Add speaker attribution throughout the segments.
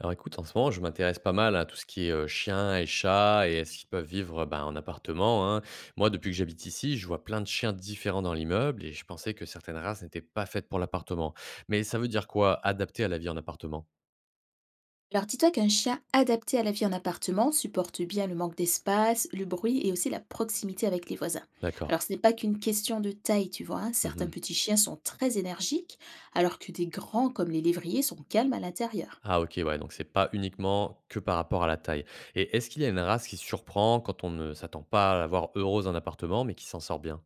Speaker 1: Alors écoute, en ce moment, je m'intéresse pas mal à tout ce qui est, chiens et chats et est-ce qu'ils peuvent vivre, ben, en appartement, hein. Moi, depuis que j'habite ici, je vois plein de chiens différents dans l'immeuble et je pensais que certaines races n'étaient pas faites pour l'appartement. Mais ça veut dire quoi, adapté à la vie en appartement?
Speaker 2: Alors dis-toi qu'un chien adapté à la vie en appartement supporte bien le manque d'espace, le bruit et aussi la proximité avec les voisins.
Speaker 1: D'accord.
Speaker 2: Alors ce n'est pas qu'une question de taille, tu vois, hein. Certains
Speaker 1: Mmh.
Speaker 2: petits chiens sont très énergiques, alors que des grands comme les lévriers sont calmes à l'intérieur.
Speaker 1: Ah OK, ouais, donc c'est pas uniquement que par rapport à la taille. Et est-ce qu'il y a une race qui surprend quand on ne s'attend pas à la voir heureuse en appartement, mais qui s'en sort bien?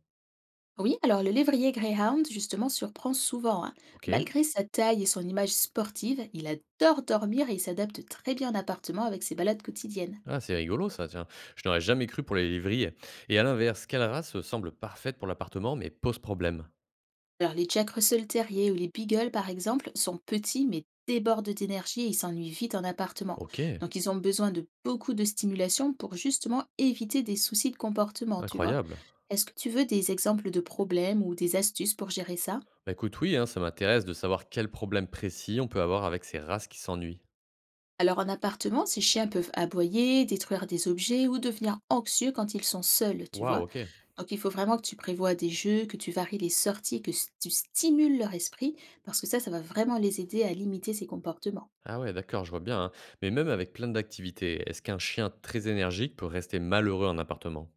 Speaker 2: Oui, alors le lévrier Greyhound justement surprend souvent, hein.
Speaker 1: OK.
Speaker 2: Malgré sa taille et son image sportive, il adore dormir et il s'adapte très bien en appartement avec ses balades quotidiennes.
Speaker 1: Ah, c'est rigolo ça, tiens. Je n'aurais jamais cru pour les lévriers. Et à l'inverse, quelle race semble parfaite pour l'appartement mais pose problème?
Speaker 2: Alors, les Jack Russell Terrier ou les Beagles, par exemple, sont petits mais débordent d'énergie et ils s'ennuient vite en appartement.
Speaker 1: Ok,
Speaker 2: Donc, ils ont besoin de beaucoup de stimulation pour justement éviter des soucis de comportement, tu vois.
Speaker 1: incroyable.
Speaker 2: Est-ce que tu veux des exemples de problèmes ou des astuces pour gérer ça?
Speaker 1: Bah écoute, oui, hein, ça m'intéresse de savoir quel problème précis on peut avoir avec ces races qui s'ennuient.
Speaker 2: Alors, en appartement, ces chiens peuvent aboyer, détruire des objets ou devenir anxieux quand ils sont seuls, tu
Speaker 1: Waouh,
Speaker 2: vois.
Speaker 1: ok.
Speaker 2: Donc, il faut vraiment que tu prévois des jeux, que tu varies les sorties, tu stimules leur esprit, parce que ça va vraiment les aider à limiter ces comportements.
Speaker 1: Ah ouais, d'accord, je vois bien, hein. Mais même avec plein d'activités, est-ce qu'un chien très énergique peut rester malheureux en appartement?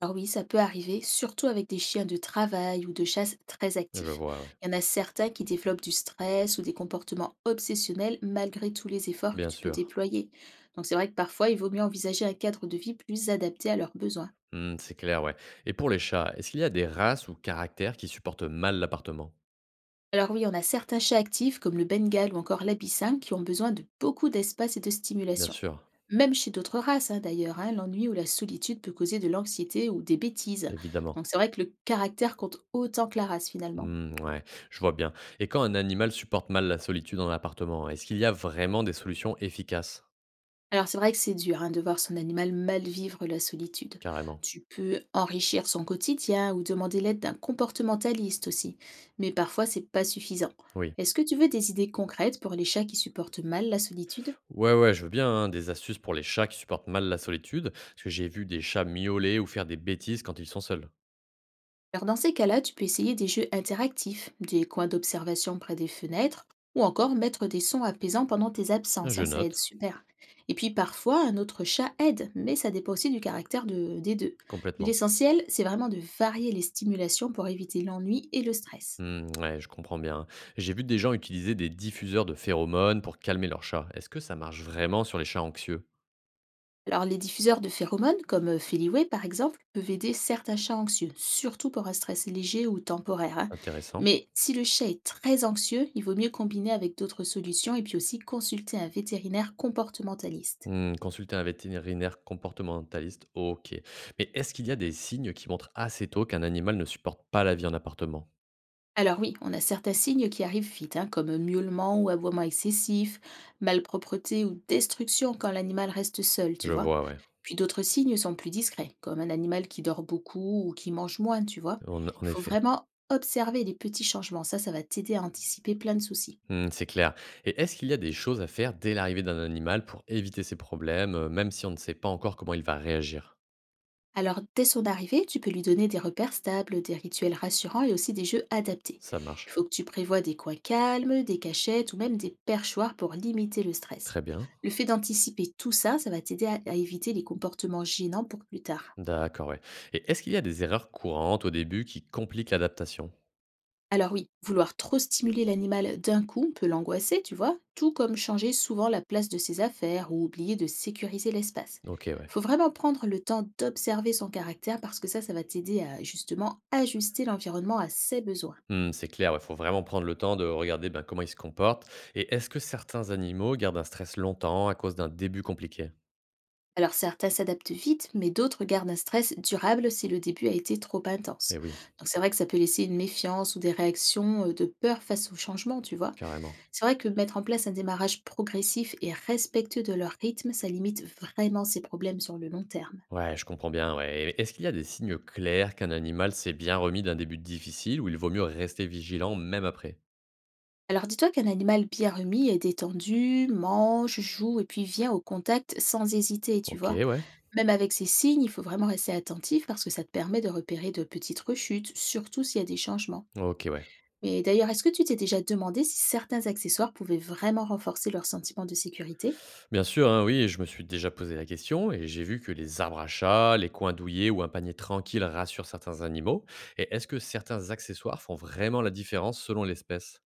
Speaker 2: Alors oui, ça peut arriver, surtout avec des chiens de travail ou de chasse très
Speaker 1: Je
Speaker 2: actifs.
Speaker 1: vois, ouais.
Speaker 2: Il y en a certains qui développent du stress ou des comportements obsessionnels malgré tous les efforts que
Speaker 1: Bien
Speaker 2: tu peux
Speaker 1: sûr.
Speaker 2: déployer. Donc c'est vrai que parfois, il vaut mieux envisager un cadre de vie plus adapté à leurs besoins.
Speaker 1: Hmm, c'est clair, ouais. Et pour les chats, est-ce qu'il y a des races ou caractères qui supportent mal l'appartement?
Speaker 2: Alors oui, on a certains chats actifs comme le Bengale ou encore l'Abyssin qui ont besoin de beaucoup d'espace et de
Speaker 1: Bien
Speaker 2: stimulation.
Speaker 1: sûr,
Speaker 2: Même chez d'autres races, hein, d'ailleurs, hein, l'ennui ou la solitude peut causer de l'anxiété ou des bêtises.
Speaker 1: évidemment.
Speaker 2: Donc c'est vrai que le caractère compte autant que la race finalement.
Speaker 1: Mmh, ouais, je vois bien. Et quand un animal supporte mal la solitude en appartement, est-ce qu'il y a vraiment des solutions efficaces?
Speaker 2: Alors c'est vrai que c'est dur, hein, de voir son animal mal vivre la solitude.
Speaker 1: Carrément.
Speaker 2: Tu peux enrichir son quotidien ou demander l'aide d'un comportementaliste aussi, mais parfois c'est pas suffisant.
Speaker 1: Oui.
Speaker 2: Est-ce que tu veux des idées concrètes pour les chats qui supportent mal la solitude?
Speaker 1: Ouais, ouais, je veux bien hein, des astuces pour les chats qui supportent mal la solitude, parce que j'ai vu des chats miauler ou faire des bêtises quand ils sont seuls.
Speaker 2: Alors dans ces cas-là, tu peux essayer des jeux interactifs, des coins d'observation près des fenêtres, ou encore mettre des sons apaisants pendant tes
Speaker 1: Ah,
Speaker 2: absences,
Speaker 1: je
Speaker 2: hein, ça aide
Speaker 1: note,
Speaker 2: super. Et puis parfois, un autre chat aide, mais ça dépend aussi du caractère des deux.
Speaker 1: complètement.
Speaker 2: L'essentiel, c'est vraiment de varier les stimulations pour éviter l'ennui et le stress.
Speaker 1: Mmh, ouais, je comprends bien, hein. J'ai vu des gens utiliser des diffuseurs de phéromones pour calmer leurs chats. Est-ce que ça marche vraiment sur les chats anxieux?
Speaker 2: Alors, les diffuseurs de phéromones, comme Feliway par exemple, peuvent aider certains chats anxieux, surtout pour un stress léger ou temporaire, hein.
Speaker 1: Intéressant.
Speaker 2: Mais si le chat est très anxieux, il vaut mieux combiner avec d'autres solutions et puis aussi consulter un vétérinaire comportementaliste.
Speaker 1: Mmh, consulter un vétérinaire comportementaliste, OK. Mais est-ce qu'il y a des signes qui montrent assez tôt qu'un animal ne supporte pas la vie en appartement?
Speaker 2: Alors oui, on a certains signes qui arrivent vite, hein, comme miaulement ou aboiement excessif, malpropreté ou destruction quand l'animal reste seul, tu
Speaker 1: Je
Speaker 2: vois.
Speaker 1: vois, ouais.
Speaker 2: Puis d'autres signes sont plus discrets, comme un animal qui dort beaucoup ou qui mange moins, tu vois.
Speaker 1: En en
Speaker 2: Il faut
Speaker 1: effet.
Speaker 2: vraiment observer les petits changements, ça va t'aider à anticiper plein de soucis.
Speaker 1: Mmh, c'est clair. Et est-ce qu'il y a des choses à faire dès l'arrivée d'un animal pour éviter ces problèmes, même si on ne sait pas encore comment il va réagir?
Speaker 2: Alors, dès son arrivée, tu peux lui donner des repères stables, des rituels rassurants et aussi des jeux adaptés.
Speaker 1: Ça
Speaker 2: Il
Speaker 1: marche.
Speaker 2: faut que tu prévoies des coins calmes, des cachettes ou même des perchoirs pour limiter le stress.
Speaker 1: Très bien.
Speaker 2: Le fait d'anticiper tout ça, ça va t'aider à éviter les comportements gênants pour plus tard.
Speaker 1: D'accord, ouais. Et est-ce qu'il y a des erreurs courantes au début qui compliquent l'adaptation?
Speaker 2: Alors oui, vouloir trop stimuler l'animal d'un coup peut l'angoisser, tu vois, tout comme changer souvent la place de ses affaires ou oublier de sécuriser l'espace.
Speaker 1: OK, ouais.
Speaker 2: Faut vraiment prendre le temps d'observer son caractère parce que ça va t'aider à justement ajuster l'environnement à ses besoins.
Speaker 1: Mmh, c'est clair, ouais, faut vraiment prendre le temps de regarder, ben, comment ils se comportent. Et est-ce que certains animaux gardent un stress longtemps à cause d'un début compliqué?
Speaker 2: Alors certains s'adaptent vite, mais d'autres gardent un stress durable si le début a été trop intense.
Speaker 1: Eh oui,
Speaker 2: Donc c'est vrai que ça peut laisser une méfiance ou des réactions de peur face au changement, tu vois.
Speaker 1: carrément.
Speaker 2: C'est vrai que mettre en place un démarrage progressif et respectueux de leur rythme, ça limite vraiment ces problèmes sur le long terme.
Speaker 1: Ouais, je comprends bien, ouais. Et est-ce qu'il y a des signes clairs qu'un animal s'est bien remis d'un début difficile ou il vaut mieux rester vigilant même après?
Speaker 2: Alors dis-toi qu'un animal bien remis est détendu, mange, joue et puis vient au contact sans hésiter, tu
Speaker 1: Ok,
Speaker 2: vois.
Speaker 1: ouais.
Speaker 2: Même avec ces signes, il faut vraiment rester attentif parce que ça te permet de repérer de petites rechutes, surtout s'il y a des changements.
Speaker 1: Ok, ouais.
Speaker 2: Mais d'ailleurs, est-ce que tu t'es déjà demandé si certains accessoires pouvaient vraiment renforcer leur sentiment de sécurité?
Speaker 1: Bien sûr, hein, oui, je me suis déjà posé la question et j'ai vu que les arbres à chat, les coins douillés ou un panier tranquille rassurent certains animaux. Et est-ce que certains accessoires font vraiment la différence selon l'espèce?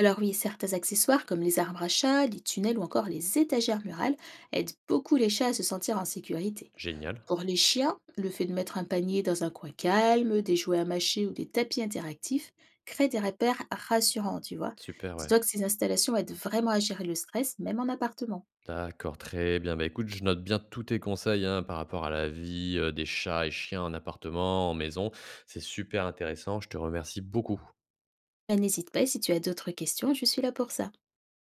Speaker 2: Alors oui, certains accessoires comme les arbres à chat, les tunnels ou encore les étagères murales aident beaucoup les chats à se sentir en sécurité.
Speaker 1: Génial.
Speaker 2: Pour les chiens, le fait de mettre un panier dans un coin calme, des jouets à mâcher ou des tapis interactifs crée des repères rassurants, tu vois.
Speaker 1: Super, ouais.
Speaker 2: Dis-toi que ces installations aident vraiment à gérer le stress, même en appartement.
Speaker 1: D'accord, très bien. Bah, écoute, je note bien tous tes conseils hein, par rapport à la vie des chats et chiens en appartement, en maison. C'est super intéressant. Je te remercie beaucoup.
Speaker 2: Ben, n'hésite pas, si tu as d'autres questions, je suis là pour ça.